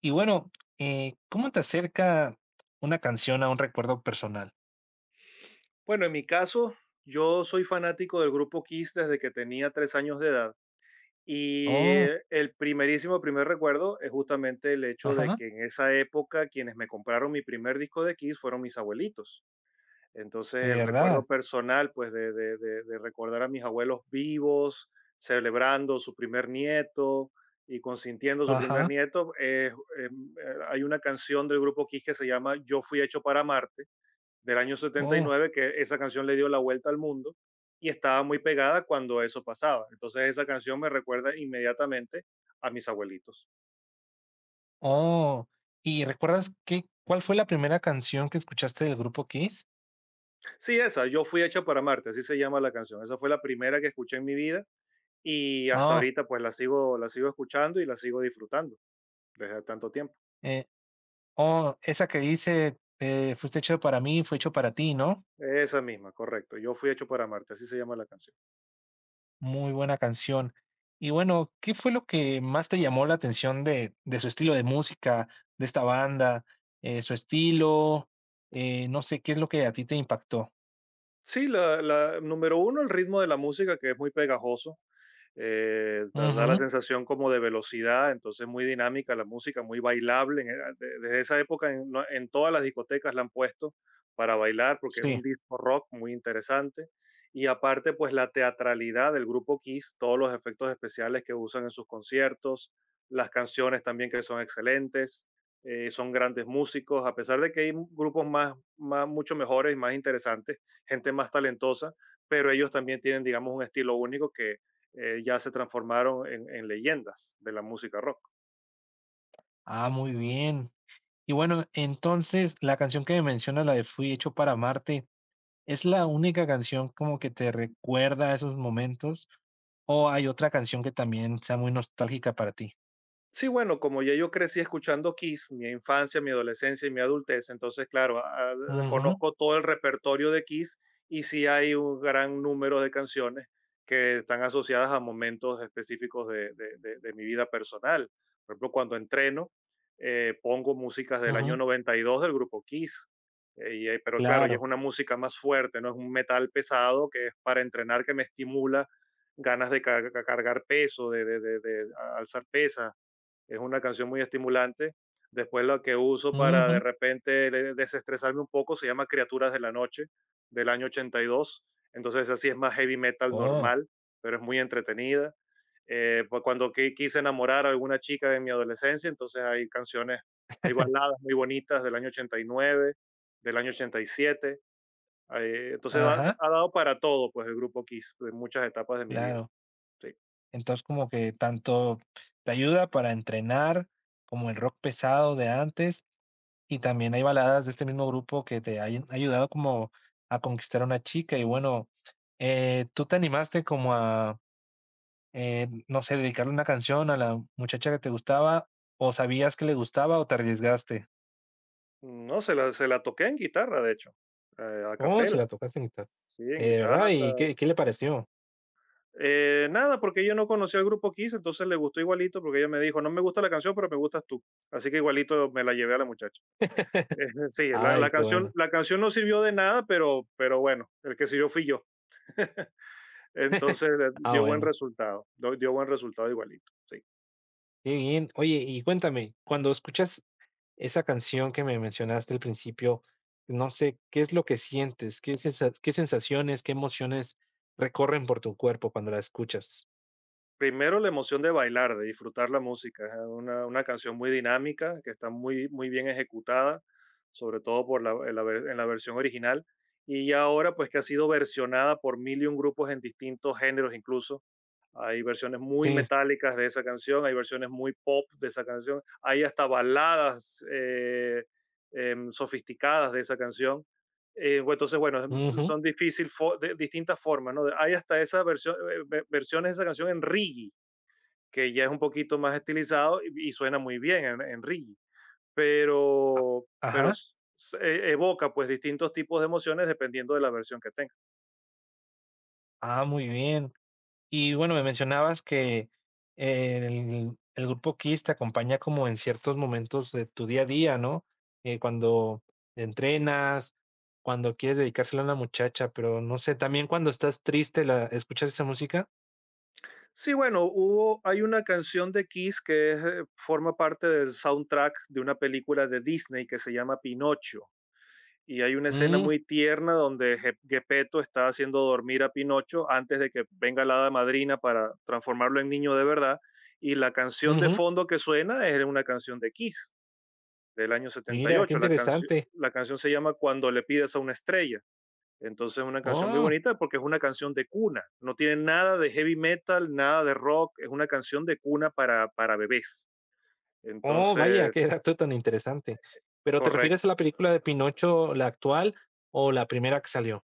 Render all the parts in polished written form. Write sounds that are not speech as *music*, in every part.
Y bueno, ¿cómo te acerca una canción a un recuerdo personal? Bueno, en mi caso, yo soy fanático del grupo Kiss desde que tenía 3 años de edad. Y Oh, el primerísimo, primer recuerdo es justamente el hecho de ajá, que en esa época quienes me compraron mi primer disco de Kiss fueron mis abuelitos. de Entonces el recuerdo verdad, personal, pues de recordar a mis abuelos vivos, celebrando su primer nieto y consintiendo su primer ajá, nieto, hay una canción del grupo Kiss que se llama Yo fui hecho para Marte del año setenta y oh, nueve que esa canción le dio la vuelta al mundo y estaba muy pegada cuando eso pasaba. Entonces esa canción me recuerda inmediatamente a mis abuelitos. oh. ¿Y recuerdas cuál fue la primera canción que escuchaste del grupo Kiss? Sí, esa, yo fui hecha para Marte, así se llama la canción. Esa fue la primera que escuché en mi vida y hasta Oh, ahorita pues la sigo escuchando y la sigo disfrutando desde tanto tiempo. eh, oh, esa que dice, fuiste hecho para mí, fue hecho para ti, ¿no? Esa misma, correcto. Yo fui hecho para Marte, así se llama la canción. Muy buena canción. Y bueno, ¿qué fue lo que más te llamó la atención de su estilo de música, de esta banda, su estilo? No sé, ¿qué es lo que a ti te impactó? Sí, la número uno, el ritmo de la música que es muy pegajoso. La Ujú, sensación como de velocidad, entonces muy dinámica la música, muy bailable. Desde esa época en, no- en todas las discotecas la han puesto para bailar porque es sí. un disco rock muy interesante. Y aparte, pues la teatralidad del grupo Kiss, todos los efectos especiales que usan en sus conciertos, las canciones también que son excelentes, son grandes músicos, a pesar de que hay grupos mucho mejores, más interesantes, gente más talentosa, pero ellos también tienen, digamos, un estilo único que ya se transformaron en leyendas de la música rock. Ah, muy bien. Y bueno, entonces, la canción que me mencionas, la de Fui hecho para amarte, ¿es la única canción como que te recuerda a esos momentos? ¿O hay otra canción que también sea muy nostálgica para ti? Sí, bueno, como ya yo crecí escuchando Kiss, mi infancia, mi adolescencia y mi adultez, entonces, claro, Ujú, conozco todo el repertorio de Kiss y sí hay un gran número de canciones que están asociadas a momentos específicos de mi vida personal. Por ejemplo, cuando entreno, pongo músicas del año ujú, 92 del grupo Kiss, y, pero claro, ya es claro. una música más fuerte, no es un metal pesado que es para entrenar, que me estimula ganas de cargar peso, de alzar pesas es una canción muy estimulante. Después lo que uso para de Ujú. repente desestresarme un poco se llama Criaturas de la Noche del año ochenta y dos. Entonces así es más heavy metal Oh, normal, pero es muy entretenida. Pues cuando quise enamorar a alguna chica de mi adolescencia, entonces hay canciones, hay baladas muy bonitas del año 89 del año 87. Ajá, Dado para todo, pues el grupo Kiss, en muchas etapas de mi vida. claro. Sí. Entonces, como que tanto te ayuda para entrenar como el rock pesado de antes, y también hay baladas de este mismo grupo que te hayan ayudado como a conquistar a una chica. Y bueno, ¿tú te animaste como a, no sé, dedicarle una canción a la muchacha que te gustaba, o sabías que le gustaba, o te arriesgaste? No, se la toqué en guitarra, de hecho, a Oh, capela. se la tocaste a mitad. Sí, en guitarra. ¿Verdad? ¿Y qué le pareció? Nada, porque ella no conocía al grupo Kiss, entonces le gustó igualito, porque ella me dijo, no me gusta la canción, pero me gustas tú. Así que igualito me la llevé a la muchacha. Eh, *laughs* *laughs* sí, la, Ay, la qué canción, bueno. la canción no sirvió de nada, pero bueno, el que sirvió fui yo. Entonces Ah, dio buen bueno. resultado, dio buen resultado igualito. Sí. Qué bien. Oye, y cuéntame, cuando escuchas esa canción que me mencionaste al principio, no sé, ¿qué es lo que sientes? ¿Qué sensaciones, qué emociones recorren por tu cuerpo cuando la escuchas? Primero la emoción de bailar, de disfrutar la música, es una canción muy dinámica, que está muy, muy bien ejecutada, sobre todo por la, en, la, ver- en la versión original, y ya ahora pues que ha sido versionada por mil y un grupos en distintos géneros incluso. Hay versiones muy Sí, metálicas de esa canción, hay versiones muy pop de esa canción, hay hasta baladas sofisticadas de esa canción. Entonces, bueno, ujú. son difícil distintas formas, ¿no? Hay hasta esas versiones de esa canción en reggae, que ya es un poquito más estilizado y, suena muy bien en, reggae, A pero, pero ajá. s- s- e- evoca pues distintos tipos de emociones dependiendo de la versión que tenga. Ah, muy bien. Y bueno, me mencionabas que eh, el grupo Kiss te acompaña como en ciertos momentos de tu día a día, ¿no? Cuando entrenas, cuando quieres dedicárselo a una muchacha, pero no sé, ¿también cuando estás triste la escuchas esa música? Sí, bueno, hubo, hay una canción de Kiss que es, forma parte del soundtrack de una película de Disney que se llama Pinocho. Y hay una escena Mm, muy tierna donde Geppetto está haciendo dormir a Pinocho antes de que venga la hada madrina para transformarlo en niño de verdad. Y la canción de ujú. fondo que suena es una canción de Kiss del año setenta y Mira, qué ocho La, cancio- interesante. la canción se llama Cuando le pides a una estrella. Entonces es una canción muy Oh, bonita porque es una canción de cuna. No tiene nada de heavy metal, nada de rock. Es una canción de cuna para bebés. oh, vaya, qué Entonces, dato tan interesante. ¿Pero te refieres a correcto. la película de Pinocho, la actual, o la primera que salió?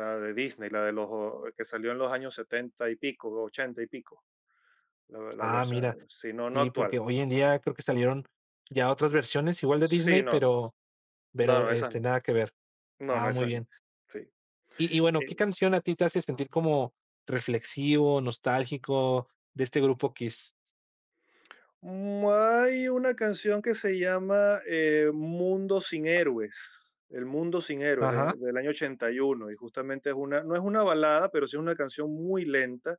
La de Disney, la de los que salió en los años 70 y pico, 80 y pico. La Ah, mira, versión, sí, no, no sí, actual. porque hoy en día creo que salieron ya otras versiones igual de Sí, Disney, no, no. No, pero, no, esas este, no. nada que ver. No, no, Ah, muy esas no. bien. Sí. Y bueno, ¿qué canción a ti te hace sentir como reflexivo, nostálgico de este grupo Kiss? Hay una canción que se llama Mundo sin Héroes, El Mundo sin Héroes, Ajá. ahí, del año 81 y justamente es una, no es una balada, pero sí es una canción muy lenta,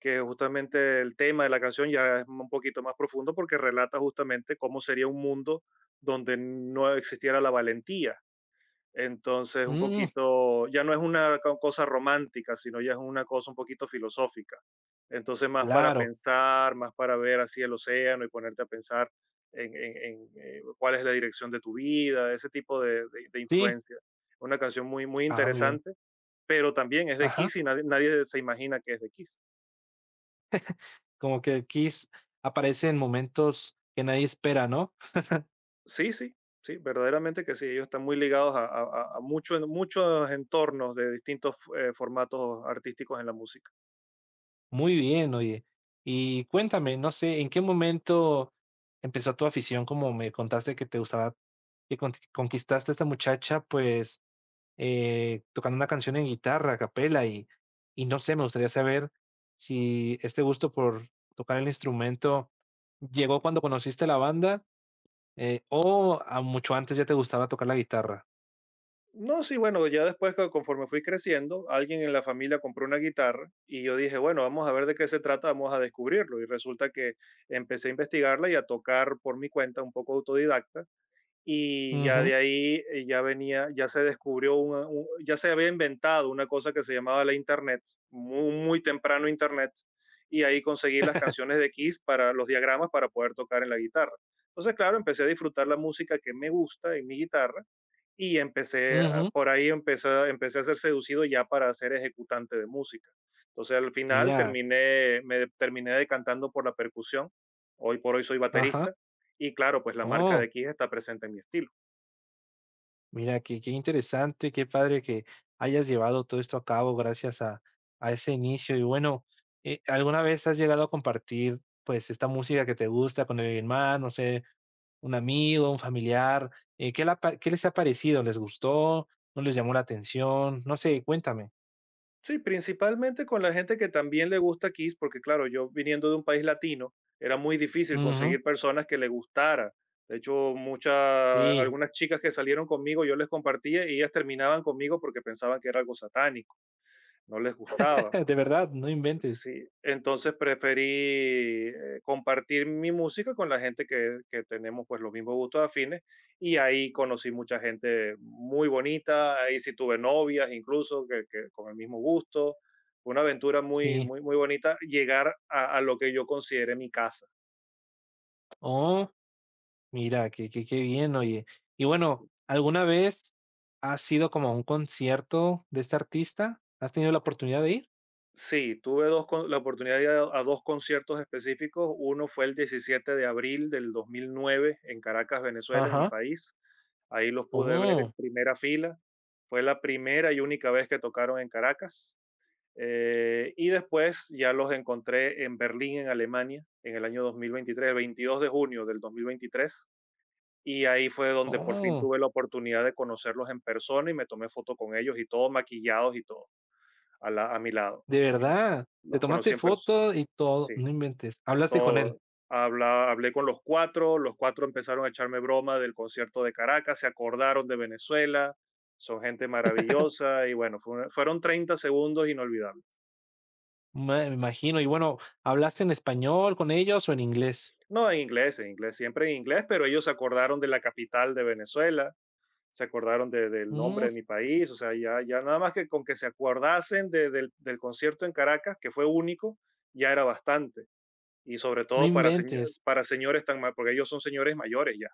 que justamente el tema de la canción ya es un poquito más profundo porque relata justamente cómo sería un mundo donde no existiera la valentía. Entonces, un Mm, poquito, ya no es una cosa romántica, sino ya es una cosa un poquito filosófica. Entonces, más para claro. pensar, más para ver así el océano y ponerte a pensar en cuál es la dirección de tu vida, ese tipo de Sí. influencia. Una canción muy, muy Ah, muy bien. interesante, pero también es de Ajá. Kiss y nadie, nadie se imagina que es de Kiss. Como que Kiss aparece en momentos que nadie espera, ¿no? Sí, sí, sí, verdaderamente que sí. Ellos están muy ligados a muchos entornos de distintos formatos artísticos en la música. Muy bien, oye. Y cuéntame, no sé, ¿en qué momento empezó tu afición? Como me contaste que te gustaba, que conquistaste a esta muchacha, pues tocando una canción en guitarra, a capela, y no sé, me gustaría saber si este gusto por tocar el instrumento llegó cuando conociste la banda, o a mucho antes ya te gustaba tocar la guitarra. No, sí, bueno, ya después conforme fui creciendo, alguien en la familia compró una guitarra y yo dije, bueno, vamos a ver de qué se trata, vamos a descubrirlo. Y resulta que empecé a investigarla y a tocar por mi cuenta, un poco autodidacta. Y ya Ujú, de ahí ya venía, ya se descubrió, ya se había inventado una cosa que se llamaba la Internet, muy, muy temprano Internet. Y ahí conseguí las canciones de Kiss para los diagramas para poder tocar en la guitarra. Entonces, claro, empecé a disfrutar la música que me gusta en mi guitarra y empecé, a- ujú, por ahí empecé, empecé a ser seducido ya para ser ejecutante de música. Entonces al final mira, terminé decantando por la percusión, hoy por hoy soy ajá. baterista y claro, pues la marca Oh, de Kiss está presente en mi estilo. mira, qué interesante, qué padre que hayas llevado todo esto a cabo gracias a ese inicio. Y bueno, ¿alguna vez has llegado a compartir pues esta música que te gusta con alguien más? No sé, un amigo, un familiar. ¿ Qué les ha parecido? ¿Les gustó? ¿No les llamó la atención? No sé, cuéntame. Sí, principalmente con la gente que también le gusta Kiss, porque claro, yo viniendo de un país latino, era muy difícil Ujú, conseguir personas que le gustara. De hecho, sí, algunas chicas que salieron conmigo, yo les compartía y ellas terminaban conmigo porque pensaban que era algo satánico, no les gustaba. *laughs* de verdad, no inventes. Sí, entonces preferí compartir mi música con la gente que tenemos pues los mismos gustos afines y ahí conocí mucha gente muy bonita, ahí sí tuve novias incluso que con el mismo gusto, fue una aventura muy, Sí. muy, muy bonita llegar a lo que yo consideré mi casa. Oh. Mira, qué bien, oye. Y bueno, ¿alguna vez has ido como a un concierto de este artista? ¿Has tenido la oportunidad de ir? Sí, tuve dos con la oportunidad de ir a 2 conciertos específicos. Uno fue el 17 de abril del 2009 en Caracas, Venezuela, en mi Ajá. país. Ahí los pude ver en Oh, primera fila. Fue la primera y única vez que tocaron en Caracas. Y después ya los encontré en Berlín, en Alemania, en el año 2023, el 22 de junio del 2023. Y ahí fue donde por fin oh, tuve la oportunidad de conocerlos en persona y me tomé foto con ellos y todos maquillados y todo a mi lado. ¿de Y verdad? ¿Te los conocí tomaste en pers foto y todo? Sí, No inventes. ¿Hablaste con él? todo. Habla hablé con los cuatro. Los 4 empezaron a echarme broma del concierto de Caracas, se acordaron de Venezuela, son gente maravillosa y bueno, fueron 30 segundos inolvidables. Me me imagino. Y bueno, ¿hablaste en español con ellos o en inglés? No, en inglés, siempre en inglés, pero ellos se acordaron de la capital de Venezuela, se acordaron de del nombre Mm, de mi país, o sea, ya nada más que con que se acordasen de del del concierto en Caracas, que fue único, ya era bastante. Y sobre no todo inventes. Para señores tan mal, porque ellos son señores mayores ya.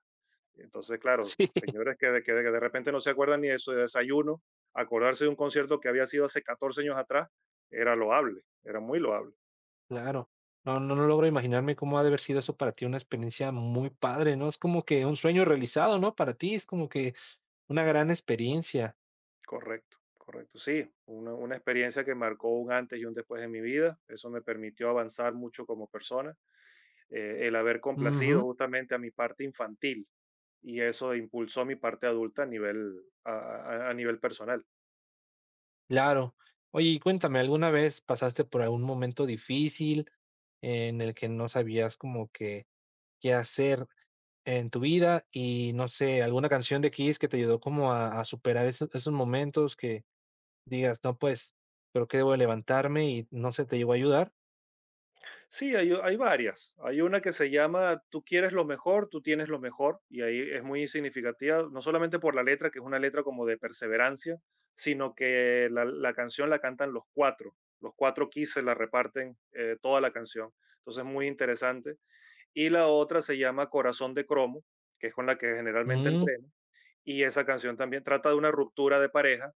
Entonces, claro, *laughs* Sí, señores que de repente no se acuerdan ni de su desayuno, acordarse de un concierto que había sido hace 14 años atrás, era loable, era muy loable. claro. No logro imaginarme cómo ha de haber sido eso para ti, una experiencia muy padre, ¿no? Es como que un sueño realizado, ¿no? Para ti, es como que una gran experiencia. Correcto, correcto. Sí, una experiencia que marcó un antes y un después en mi vida. Eso me permitió avanzar mucho como persona. Eh, el haber complacido Ujú, justamente a mi parte infantil y eso impulsó mi parte adulta a nivel, a nivel personal. claro. Oye, y cuéntame, ¿alguna vez pasaste por algún momento difícil en el que no sabías como que qué hacer en tu vida? Y no sé, alguna canción de Kiss que te ayudó como a superar esos, esos momentos que digas, no, pues creo que debo de levantarme y no sé, te llegó a ayudar. Sí, hay varias. Hay una que se llama Tú quieres lo mejor, tú tienes lo mejor, y ahí es muy significativa, no solamente por la letra, que es una letra como de perseverancia, sino que la canción la cantan los cuatro. Los cuatro keys se la reparten toda la canción. Entonces es muy interesante. Y la otra se llama Corazón de Cromo, que es con la que generalmente Mm, entreno. Y esa canción también trata de una ruptura de pareja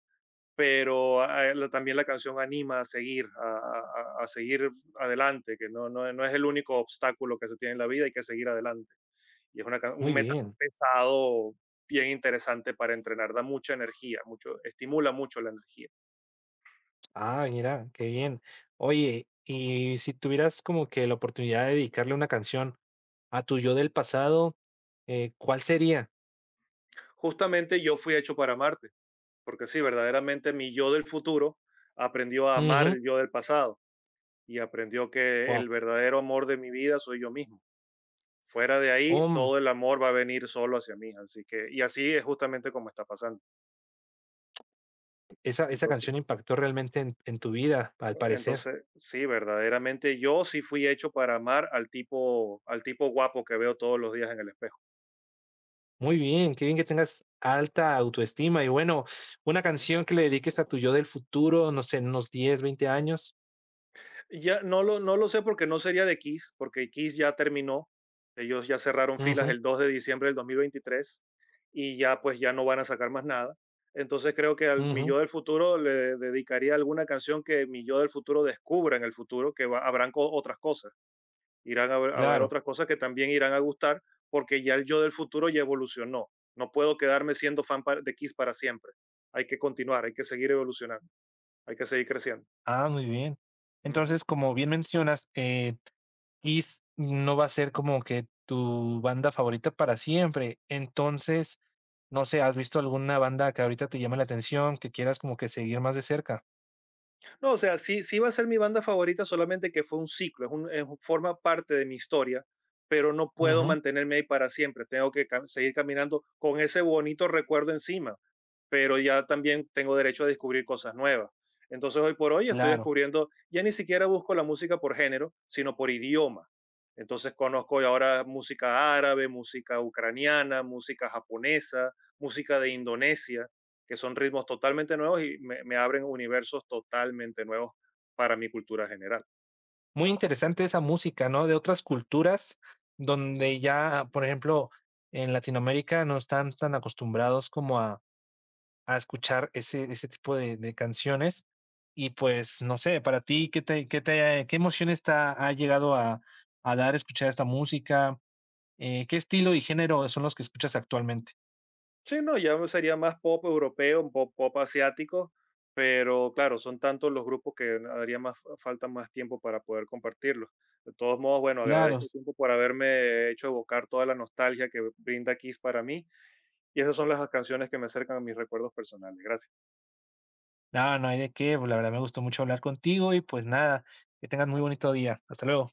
pero también la canción anima a seguir adelante, que no, no, no es el único obstáculo que se tiene en la vida, hay que seguir adelante. Y es una, un muy metal bien. pesado bien interesante para entrenar, da mucha energía, mucho, estimula mucho la energía. Ah, mira, qué bien. Oye, y si tuvieras como que la oportunidad de dedicarle una canción, a tu yo del pasado, ¿cuál sería? Justamente yo fui hecho para amarte, porque sí, verdaderamente mi yo del futuro aprendió a amar Ujú, el yo del pasado y aprendió que guau. el verdadero amor de mi vida soy yo mismo. Fuera de ahí, Om, todo el amor va a venir solo hacia mí, así que y así es justamente como está pasando. Esa Entonces canción impactó realmente en tu vida, al parecer. entonces, sí, verdaderamente yo sí fui hecho para amar al tipo guapo que veo todos los días en el espejo. Muy bien, qué bien que tengas alta autoestima y bueno, una Ujú. canción que le dediques a tu yo del futuro, no sé, en unos 10, 20 años. Ya no lo sé porque no sería de Kiss, porque Kiss ya terminó. Ellos ya cerraron filas Ujú, el 2 de diciembre del 2023 y ya pues ya no van a sacar más nada. Entonces creo que al mi ujú, yo del futuro le dedicaría alguna canción que mi yo del futuro descubra en el futuro, que habrán otras cosas, irán a ver, claro. otras cosas que también irán a gustar, porque ya el yo del futuro ya evolucionó. No puedo quedarme siendo fan de Kiss para siempre. Hay que continuar, hay que seguir evolucionando, hay que seguir creciendo. Ah, muy bien. Ujú. Entonces, como bien mencionas, Kiss no va a ser como que tu banda favorita para siempre. Entonces, no sé, ¿has visto alguna banda que ahorita te llame la atención, que quieras como que seguir más de cerca? No, o sea, sí, sí va a ser mi banda favorita, solamente que fue un ciclo, forma parte de mi historia, pero no puedo Ujú, mantenerme ahí para siempre. Tengo que seguir caminando con ese bonito recuerdo encima pero ya también tengo derecho a descubrir cosas nuevas. Entonces hoy por hoy estoy claro. descubriendo, ya ni siquiera busco la música por género, sino por idioma. Entonces conozco ahora música árabe, música ucraniana, música japonesa, música de Indonesia, que son ritmos totalmente nuevos y me abren universos totalmente nuevos para mi cultura general. Muy interesante esa música, ¿no? De otras culturas Ujú. donde ya, por ejemplo, en Latinoamérica no están tan acostumbrados como a escuchar ese tipo de canciones. Y, pues, no sé, para ti, ¿ qué emociones te ha llegado a dar escuchar esta música? ¿Qué estilo y género son los que escuchas actualmente? Sí, no, ya sería más pop europeo, pop asiático, pero claro, son tantos los grupos que haría más falta más tiempo para poder compartirlos. De todos modos, bueno, Claro. agradezco el tiempo por haberme hecho evocar toda la nostalgia que brinda Kiss para mí y esas son las canciones que me acercan a mis recuerdos personales. Gracias. No, no hay de qué, pues, la verdad me gustó mucho hablar contigo y, pues, nada, que tengas muy bonito día. Hasta luego.